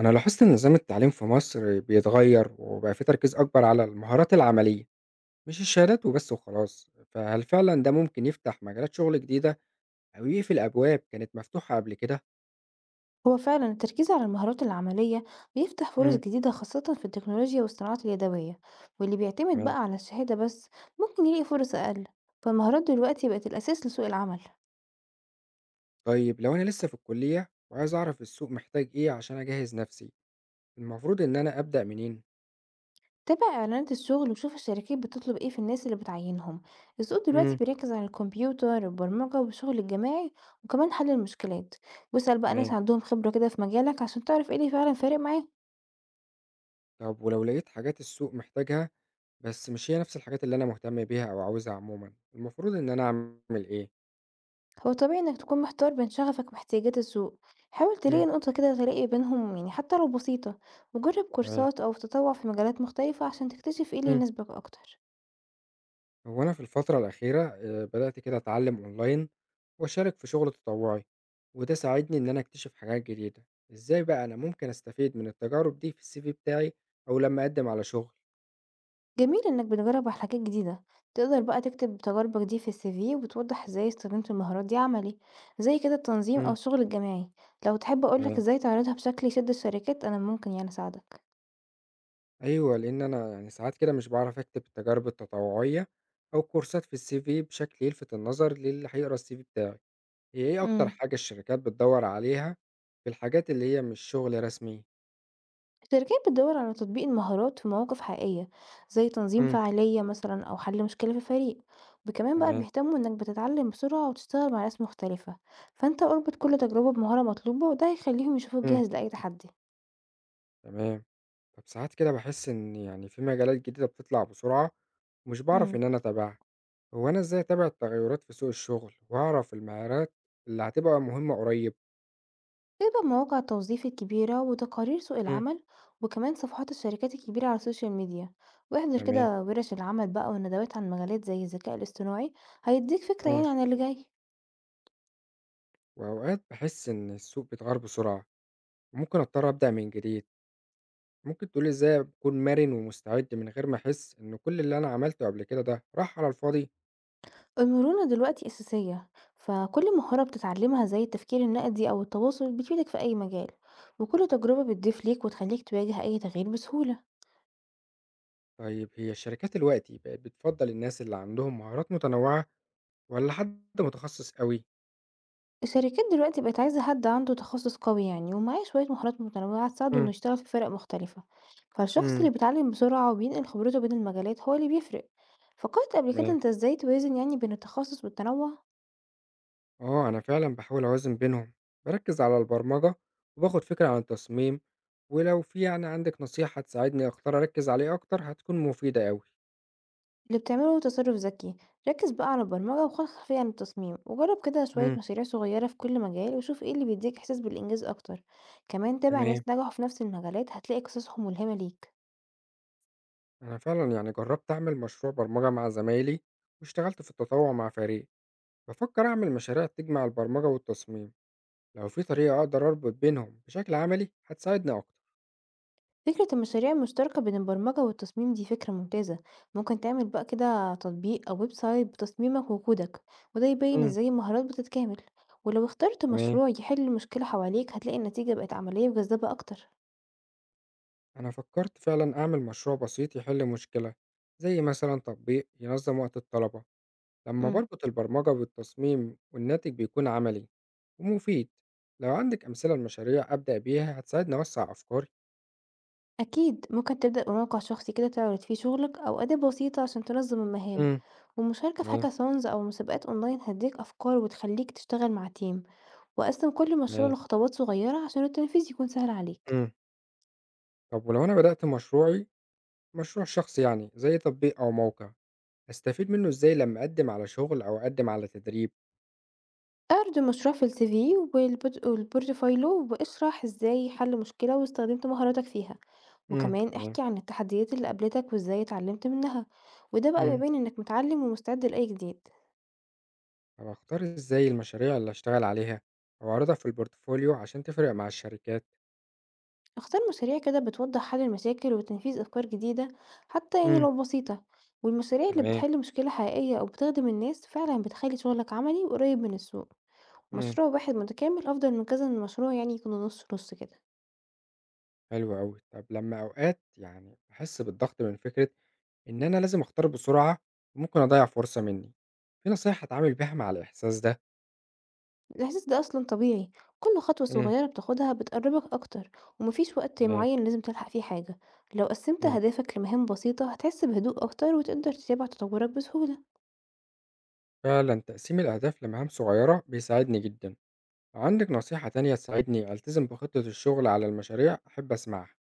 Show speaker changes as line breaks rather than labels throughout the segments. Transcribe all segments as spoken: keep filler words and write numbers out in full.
أنا لاحظت إن نظام التعليم في مصر بيتغير وبقى في تركيز أكبر على المهارات العملية، مش الشهادات وبس وخلاص. فهل فعلا ده ممكن يفتح مجالات شغل جديدة أو يقفل أبواب كانت مفتوحة قبل كده؟
هو فعلا التركيز على المهارات العملية بيفتح فرص
مم.
جديدة، خاصة في التكنولوجيا والصناعات اليدوية. واللي بيعتمد
تمام.
بقى على الشهادة بس ممكن يلاقي فرص أقل. فالمهارات دلوقتي بقت الأساس لسوق العمل.
طيب لو أنا لسه في الكلية وعايز أعرف السوق محتاج إيه عشان أجهز نفسي، المفروض إن أنا أبدأ منين؟
تابع إعلانات الشغل وشوف الشركات بتطلب إيه في الناس اللي بتعينهم. السوق دلوقتي
مم.
بيركز على الكمبيوتر والبرمجة والشغل الجماعي، وكمان حل المشكلات. واسأل بقى ناس
تمام.
عندهم خبرة كده في مجالك عشان تعرف إيه اللي فعلا فارق معاهم.
طب ولو لقيت حاجات السوق محتاجها بس مش هي نفس الحاجات اللي أنا مهتم بيها أو عاوزها عموما، المفروض إن أنا أعمل إيه؟
هو طبيعي إنك تكون محتار بين شغفك واحتياجات السوق. حاول تلاقي
مم.
نقطة كده تلاقي بينهم، يعني حتى لو بسيطة. وجرب
تمام.
كورسات أو تطوع في مجالات مختلفة عشان تكتشف ايه اللي
مم.
يناسبك أكتر.
هو أنا في الفترة الأخيرة آه، بدأت كده أتعلم أونلاين وأشارك في شغل تطوعي، وده ساعدني إن أنا أكتشف حاجات جديدة. إزاي بقى أنا ممكن أستفيد من التجارب دي في السي في بتاعي أو لما أقدم على شغل؟
جميل إنك بتجرب على حاجات جديدة. تقدر بقى تكتب تجاربك دي في السي في وتوضح ازاي استخدمت المهارات دي عملي، زي كده التنظيم أو
مم.
الشغل الجماعي. لو تحب أقولك
تمام.
ازاي تعرضها بشكل يشد الشركات أنا ممكن يعني أساعدك.
أيوة، لأن أنا يعني ساعات كده مش بعرف أكتب التجارب التطوعية أو كورسات في السي في بشكل يلفت النظر للي هيقرأ السي في بتاعي. هي إيه أكتر
مم.
حاجة الشركات بتدور عليها في الحاجات اللي هي مش شغل رسمي؟
الشركات بتدور على تطبيق المهارات في مواقف حقيقية، زي تنظيم
مم.
فعالية مثلا أو حل مشكلة في فريق. وكمان بقى
تمام.
بيهتموا إنك بتتعلم بسرعة وتشتغل مع ناس مختلفة. فأنت اربط كل تجربة بمهارة مطلوبة، وده هيخليهم يشوفوك
مم.
جاهز لأي تحدي.
تمام. طب ساعات كده باحس إن يعني في مجالات جديدة بتطلع بسرعة ومش باعرف
امم
إن أنا أتابعها، هو أنا إزاي أتابع التغيرات في سوق الشغل وأعرف المهارات اللي هتبقى مهمة قريب؟
في بقى مواقع التوظيف الكبيرة وتقارير سوق
امم.
العمل، وكمان صفحات الشركات الكبيرة على السوشيال ميديا. واحضر
تمام،
كده ورش العمل بقى وندوات عن مجالات زي الذكاء الاصطناعي، هيديك فكرة
امم.
يعني عن اللي جاي.
وأوقات باحس إن السوق بيتغير بسرعة وممكن أضطر أبدأ من جديد، ممكن تقولي إزاي أكون مرن ومستعد من غير ما أحس إن كل اللي أنا عملته قبل كده ده راح على الفاضي؟
المرونة دلوقتي أساسية، فكل مهارة بتتعلمها زي التفكير النقدي أو التواصل بتفيدك في أي مجال، وكل تجربة بتضيف ليك وتخليك تواجه أي تغيير بسهولة.
طيب هي الشركات دلوقتي بقت بتفضل الناس اللي عندهم مهارات متنوعة ولا حد متخصص أوي؟
الشركات دلوقتي بقت عايزة حد عنده تخصص قوي يعني ومعاه شوية مهارات متنوعة تساعده إنه يشتغل في فرق مختلفة، فالشخص
امم.
اللي بيتعلم بسرعة وبينقل خبرته بين المجالات هو اللي بيفرق. فكرت قبل كده
تمام.
أنت إزاي توازن يعني بين التخصص والتنوع؟
آه، أنا فعلا بحاول أوازن بينهم، بركز على البرمجة وباخد فكرة عن التصميم، ولو في يعني عندك نصيحة تساعدني أختار أركز عليه أكتر هتكون مفيدة أوي.
اللي بتعمله تصرف ذكي. ركز بقى على البرمجة وخد خلفية عن التصميم وجرب كده شوية
مم.
مشاريع صغيرة في كل مجال وشوف ايه اللي بيديك إحساس بالإنجاز أكتر. كمان تابع
تمام.
ناس نجحوا في نفس المجالات، هتلاقي قصصهم ملهمة ليك.
أنا فعلا يعني جربت أعمل مشروع برمجة مع زمايلي واشتغلت في التطوع مع فريق، بفكر أعمل مشاريع تجمع البرمجة والتصميم. لو في طريقة أقدر أربط بينهم بشكل عملي هتساعدني أكتر.
فكرة المشاريع المشتركة بين البرمجة والتصميم دي فكرة ممتازة. ممكن تعمل بقى كده تطبيق أو ويب سايت بتصميمك وكودك، وده يبين
مم.
ازاي المهارات بتتكامل. ولو اخترت
تمام.
مشروع يحل مشكلة حواليك هتلاقي النتيجة بقت عملية وجذابة أكتر.
أنا فكرت فعلا أعمل مشروع بسيط يحل مشكلة، زي مثلا تطبيق ينظم وقت الطلبة. لما
مم.
بربط البرمجة بالتصميم والناتج بيكون عملي ومفيد. لو عندك أمثلة لمشاريع أبدأ بيها هتساعدني أوسع أفكاري.
أكيد ممكن تبدأ بموقع شخصي كده تعرض فيه شغلك، أو أداة بسيطة عشان تنظم المهام.
امم.
والمشاركة في
تمام.
هاكاثونز أو مسابقات أونلاين هتديك أفكار وتخليك تشتغل مع تيم. وقسم كل مشروع
تمام.
لخطوات صغيرة عشان التنفيذ يكون سهل عليك.
مم. طب ولو أنا بدأت مشروعي، مشروع شخصي يعني زي تطبيق أو موقع، أستفيد منه إزاي لما أقدم على شغل أو أقدم على تدريب؟
اعرض المشروع في السي في والبورت- والبورتفوليو واشرح ازاي حل مشكلة واستخدمت مهاراتك فيها،
امم،
وكمان
تمام.
احكي عن التحديات اللي قابلتك وازاي اتعلمت منها. وده بقى
امم.
بيبين انك متعلم ومستعد لأي جديد.
طب أختار إزاي المشاريع اللي أشتغل عليها أو أعرضها في البورتفوليو عشان تفرق مع الشركات؟
اختار مشاريع كده بتوضح حل المشاكل وتنفيذ أفكار جديدة، حتى يعني
امم.
لو بسيطة. والمشاريع اللي
تمام.
بتحل مشكلة حقيقية أو بتخدم الناس فعلا بتخلي شغلك عملي وقريب من السوق.
مم.
مشروع واحد متكامل أفضل من كذا مشروع يعني يكونوا نص نص كده.
حلو أوي. طب لما أوقات يعني أحس بالضغط من فكرة إن أنا لازم أختار بسرعة وممكن أضيّع فرصة منّي، في نصايح أتعامل بيها مع الإحساس ده؟
الإحساس ده أصلا طبيعي، كل خطوة
إمم.
صغيرة بتاخدها بتقربك أكتر، ومفيش وقت
تمام،
معين لازم تلحق فيه حاجة. لو قسمت
إمم.
أهدافك لمهام بسيطة هتحس بهدوء أكتر وتقدر تتابع تطورك بسهولة.
فعلًا تقسيم الأهداف لمهام صغيّرة بيساعدني جدًا. لو عندِك نصيحة تانية تساعدني ألتزم بخطة الشغل على المشاريع أحب أسمعها.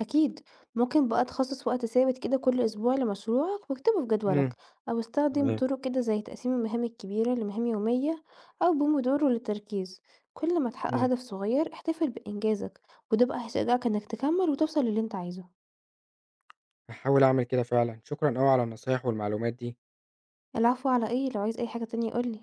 أكيد، ممكن بقى تخصص وقت ثابت كده كل أسبوع لمشروعك واكتبه في
إمم.
جدولك، أو استخدم
تمام،
طرق كده زي تقسيم المهام الكبيرة لمهام يومية، أو بومودورو للتركيز. كل ما تحقق
إمم.
هدف صغير احتفل بإنجازك، وده بقى هيشجعك إنك تكمل وتوصل للي أنت عايزه.
هاحاول أعمل كده فعلًا. شكرًا أوي على النصايح والمعلومات دي.
العفو، على إيه؟ لو عايز أي حاجة تانية قولي.